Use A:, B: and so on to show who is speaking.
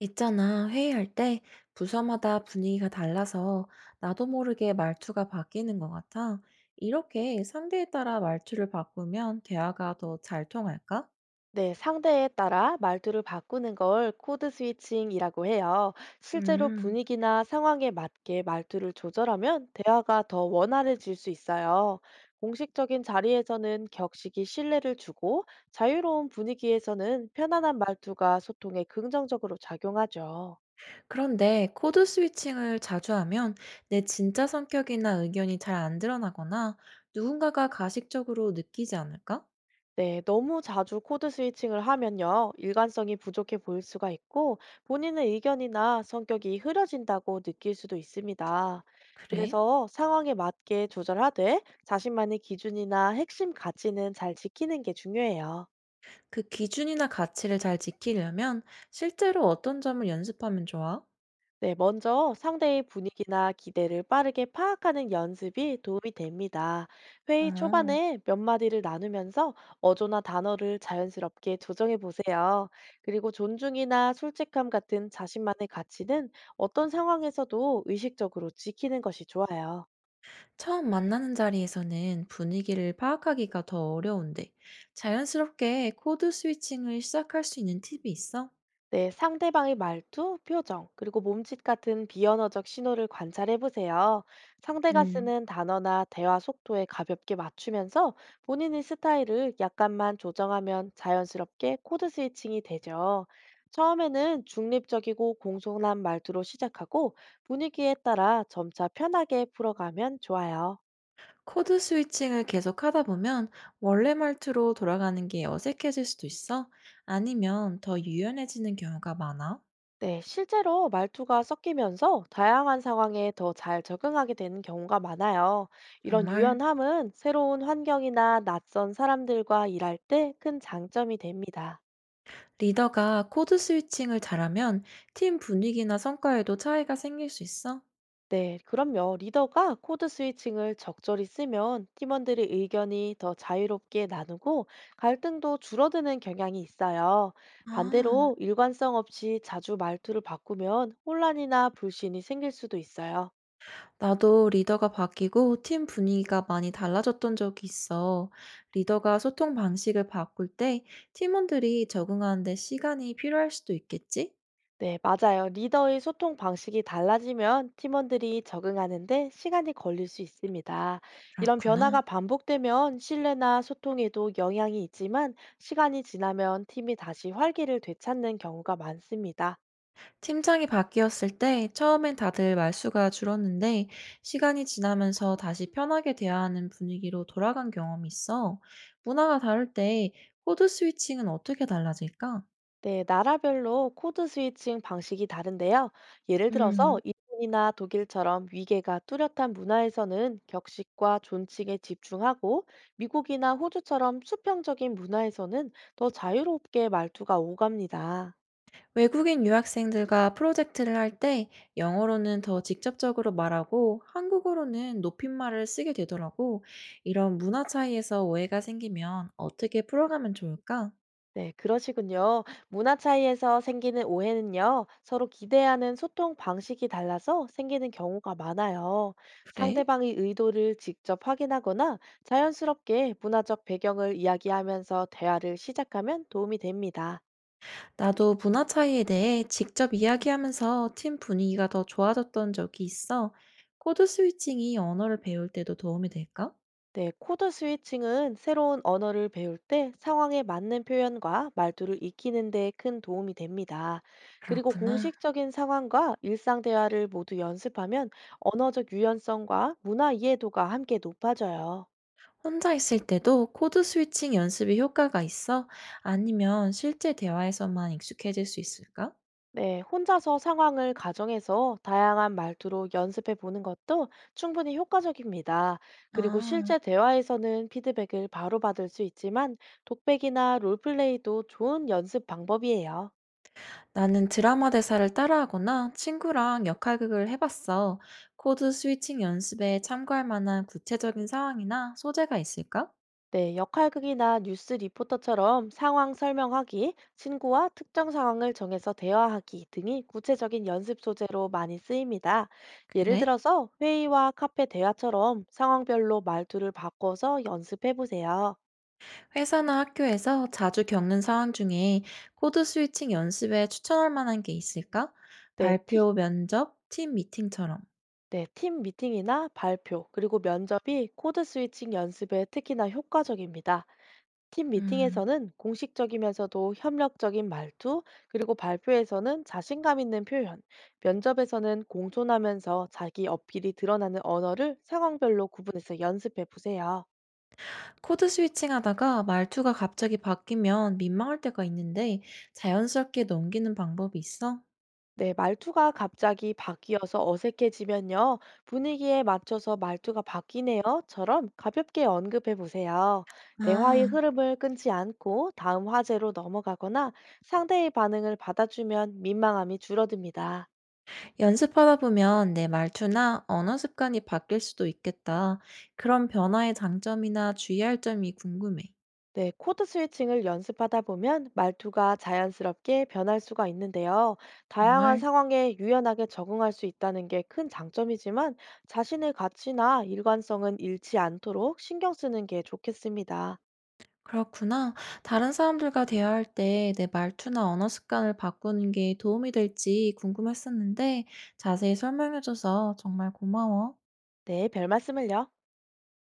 A: 있잖아, 회의할 때 부서마다 분위기가 달라서 나도 모르게 말투가 바뀌는 것 같아. 이렇게 상대에 따라 말투를 바꾸면 대화가 더 잘 통할까?
B: 네, 상대에 따라 말투를 바꾸는 걸 코드 스위칭이라고 해요. 실제로
A: 음,
B: 분위기나 상황에 맞게 말투를 조절하면 대화가 더 원활해질 수 있어요. 공식적인 자리에서는 격식이 신뢰를 주고 자유로운 분위기에서는 편안한 말투가 소통에 긍정적으로 작용하죠.
A: 그런데 코드 스위칭을 자주 하면 내 진짜 성격이나 의견이 잘 안 드러나거나 누군가가 가식적으로 느끼지 않을까?
B: 네, 너무 자주 코드 스위칭을 하면요, 일관성이 부족해 보일 수가 있고, 본인의 의견이나 성격이 흐려진다고 느낄 수도 있습니다.
A: 그래?
B: 그래서 상황에 맞게 조절하되, 자신만의 기준이나 핵심 가치는 잘 지키는 게 중요해요.
A: 그 기준이나 가치를 잘 지키려면 실제로 어떤 점을 연습하면 좋아?
B: 네, 먼저 상대의 분위기나 기대를 빠르게 파악하는 연습이 도움이 됩니다. 회의
A: 어.
B: 초반에 몇 마디를 나누면서 어조나 단어를 자연스럽게 조정해 보세요. 그리고 존중이나 솔직함 같은 자신만의 가치는 어떤 상황에서도 의식적으로 지키는 것이 좋아요.
A: 처음 만나는 자리에서는 분위기를 파악하기가 더 어려운데, 자연스럽게 코드 스위칭을 시작할 수 있는 팁이 있어?
B: 네, 상대방의 말투, 표정, 그리고 몸짓 같은 비언어적 신호를 관찰해 보세요. 상대가
A: 음,
B: 쓰는 단어나 대화 속도에 가볍게 맞추면서 본인의 스타일을 약간만 조정하면 자연스럽게 코드 스위칭이 되죠. 처음에는 중립적이고 공손한 말투로 시작하고 분위기에 따라 점차 편하게 풀어가면 좋아요.
A: 코드 스위칭을 계속 하다 보면 원래 말투로 돌아가는 게 어색해질 수도 있어? 아니면 더 유연해지는 경우가 많아?
B: 네, 실제로 말투가 섞이면서 다양한 상황에 더 잘 적응하게 되는 경우가 많아요. 이런
A: 정말.
B: 유연함은 새로운 환경이나 낯선 사람들과 일할 때 큰 장점이 됩니다.
A: 리더가 코드 스위칭을 잘하면 팀 분위기나 성과에도 차이가 생길 수 있어?
B: 네, 그럼요. 리더가 코드 스위칭을 적절히 쓰면 팀원들의 의견이 더 자유롭게 나누고 갈등도 줄어드는 경향이 있어요.
A: 아.
B: 반대로 일관성 없이 자주 말투를 바꾸면 혼란이나 불신이 생길 수도 있어요.
A: 나도 리더가 바뀌고 팀 분위기가 많이 달라졌던 적이 있어. 리더가 소통 방식을 바꿀 때 팀원들이 적응하는데 시간이 필요할 수도 있겠지?
B: 네, 맞아요. 리더의 소통 방식이 달라지면 팀원들이 적응하는데 시간이 걸릴 수 있습니다. 이런 변화가
A: 그렇구나.
B: 반복되면 신뢰나 소통에도 영향이 있지만 시간이 지나면 팀이 다시 활기를 되찾는 경우가 많습니다.
A: 팀장이 바뀌었을 때 처음엔 다들 말수가 줄었는데 시간이 지나면서 다시 편하게 대화하는 분위기로 돌아간 경험이 있어. 문화가 다를 때 코드 스위칭은 어떻게 달라질까?
B: 네, 나라별로 코드 스위칭 방식이 다른데요. 예를 들어서
A: 음.
B: 일본이나 독일처럼 위계가 뚜렷한 문화에서는 격식과 존칭에 집중하고 미국이나 호주처럼 수평적인 문화에서는 더 자유롭게 말투가 오갑니다.
A: 외국인 유학생들과 프로젝트를 할 때 영어로는 더 직접적으로 말하고 한국어로는 높임말을 쓰게 되더라고. 이런 문화 차이에서 오해가 생기면 어떻게 풀어가면 좋을까?
B: 네, 그러시군요. 문화 차이에서 생기는 오해는요, 서로 기대하는 소통 방식이 달라서 생기는 경우가 많아요.
A: 그래?
B: 상대방의 의도를 직접 확인하거나 자연스럽게 문화적 배경을 이야기하면서 대화를 시작하면 도움이 됩니다.
A: 나도 문화 차이에 대해 직접 이야기하면서 팀 분위기가 더 좋아졌던 적이 있어. 코드 스위칭이 언어를 배울 때도 도움이 될까?
B: 네, 코드 스위칭은 새로운 언어를 배울 때 상황에 맞는 표현과 말투를 익히는 데 큰 도움이 됩니다. 그리고
A: 그렇구나.
B: 공식적인 상황과 일상 대화를 모두 연습하면 언어적 유연성과 문화 이해도가 함께 높아져요.
A: 혼자 있을 때도 코드 스위칭 연습이 효과가 있어? 아니면 실제 대화에서만 익숙해질 수 있을까?
B: 네, 혼자서 상황을 가정해서 다양한 말투로 연습해 보는 것도 충분히 효과적입니다. 그리고
A: 아,
B: 실제 대화에서는 피드백을 바로 받을 수 있지만 독백이나 롤플레이도 좋은 연습 방법이에요.
A: 나는 드라마 대사를 따라하거나 친구랑 역할극을 해봤어. 코드 스위칭 연습에 참고할 만한 구체적인 상황이나 소재가 있을까?
B: 네, 역할극이나 뉴스 리포터처럼 상황 설명하기, 친구와 특정 상황을 정해서 대화하기 등이 구체적인 연습 소재로 많이 쓰입니다. 예를
A: 그래?
B: 들어서 회의와 카페 대화처럼 상황별로 말투를 바꿔서 연습해 보세요.
A: 회사나 학교에서 자주 겪는 상황 중에 코드 스위칭 연습에 추천할 만한 게 있을까?
B: 네, 티-
A: 발표, 면접, 팀 미팅처럼.
B: 네, 팀 미팅이나 발표, 그리고 면접이 코드 스위칭 연습에 특히나 효과적입니다. 팀
A: 음,
B: 미팅에서는 공식적이면서도 협력적인 말투, 그리고 발표에서는 자신감 있는 표현, 면접에서는 공손하면서 자기 어필이 드러나는 언어를 상황별로 구분해서 연습해 보세요.
A: 코드 스위칭 하다가 말투가 갑자기 바뀌면 민망할 때가 있는데 자연스럽게 넘기는 방법이 있어?
B: 네, 말투가 갑자기 바뀌어서 어색해지면요. "분위기에 맞춰서 말투가 바뀌네요."처럼 가볍게 언급해 보세요. 대화의
A: 아.
B: 흐름을 끊지 않고 다음 화제로 넘어가거나 상대의 반응을 받아주면 민망함이 줄어듭니다.
A: 연습하다 보면 내 말투나 언어 습관이 바뀔 수도 있겠다. 그런 변화의 장점이나 주의할 점이 궁금해.
B: 네, 코드 스위칭을 연습하다 보면 말투가 자연스럽게 변할 수가 있는데요. 다양한
A: 정말?
B: 상황에 유연하게 적응할 수 있다는 게 큰 장점이지만 자신의 가치나 일관성은 잃지 않도록 신경 쓰는 게 좋겠습니다.
A: 그렇구나. 다른 사람들과 대화할 때 내 말투나 언어 습관을 바꾸는 게 도움이 될지 궁금했었는데 자세히 설명해줘서 정말 고마워.
B: 네, 별 말씀을요.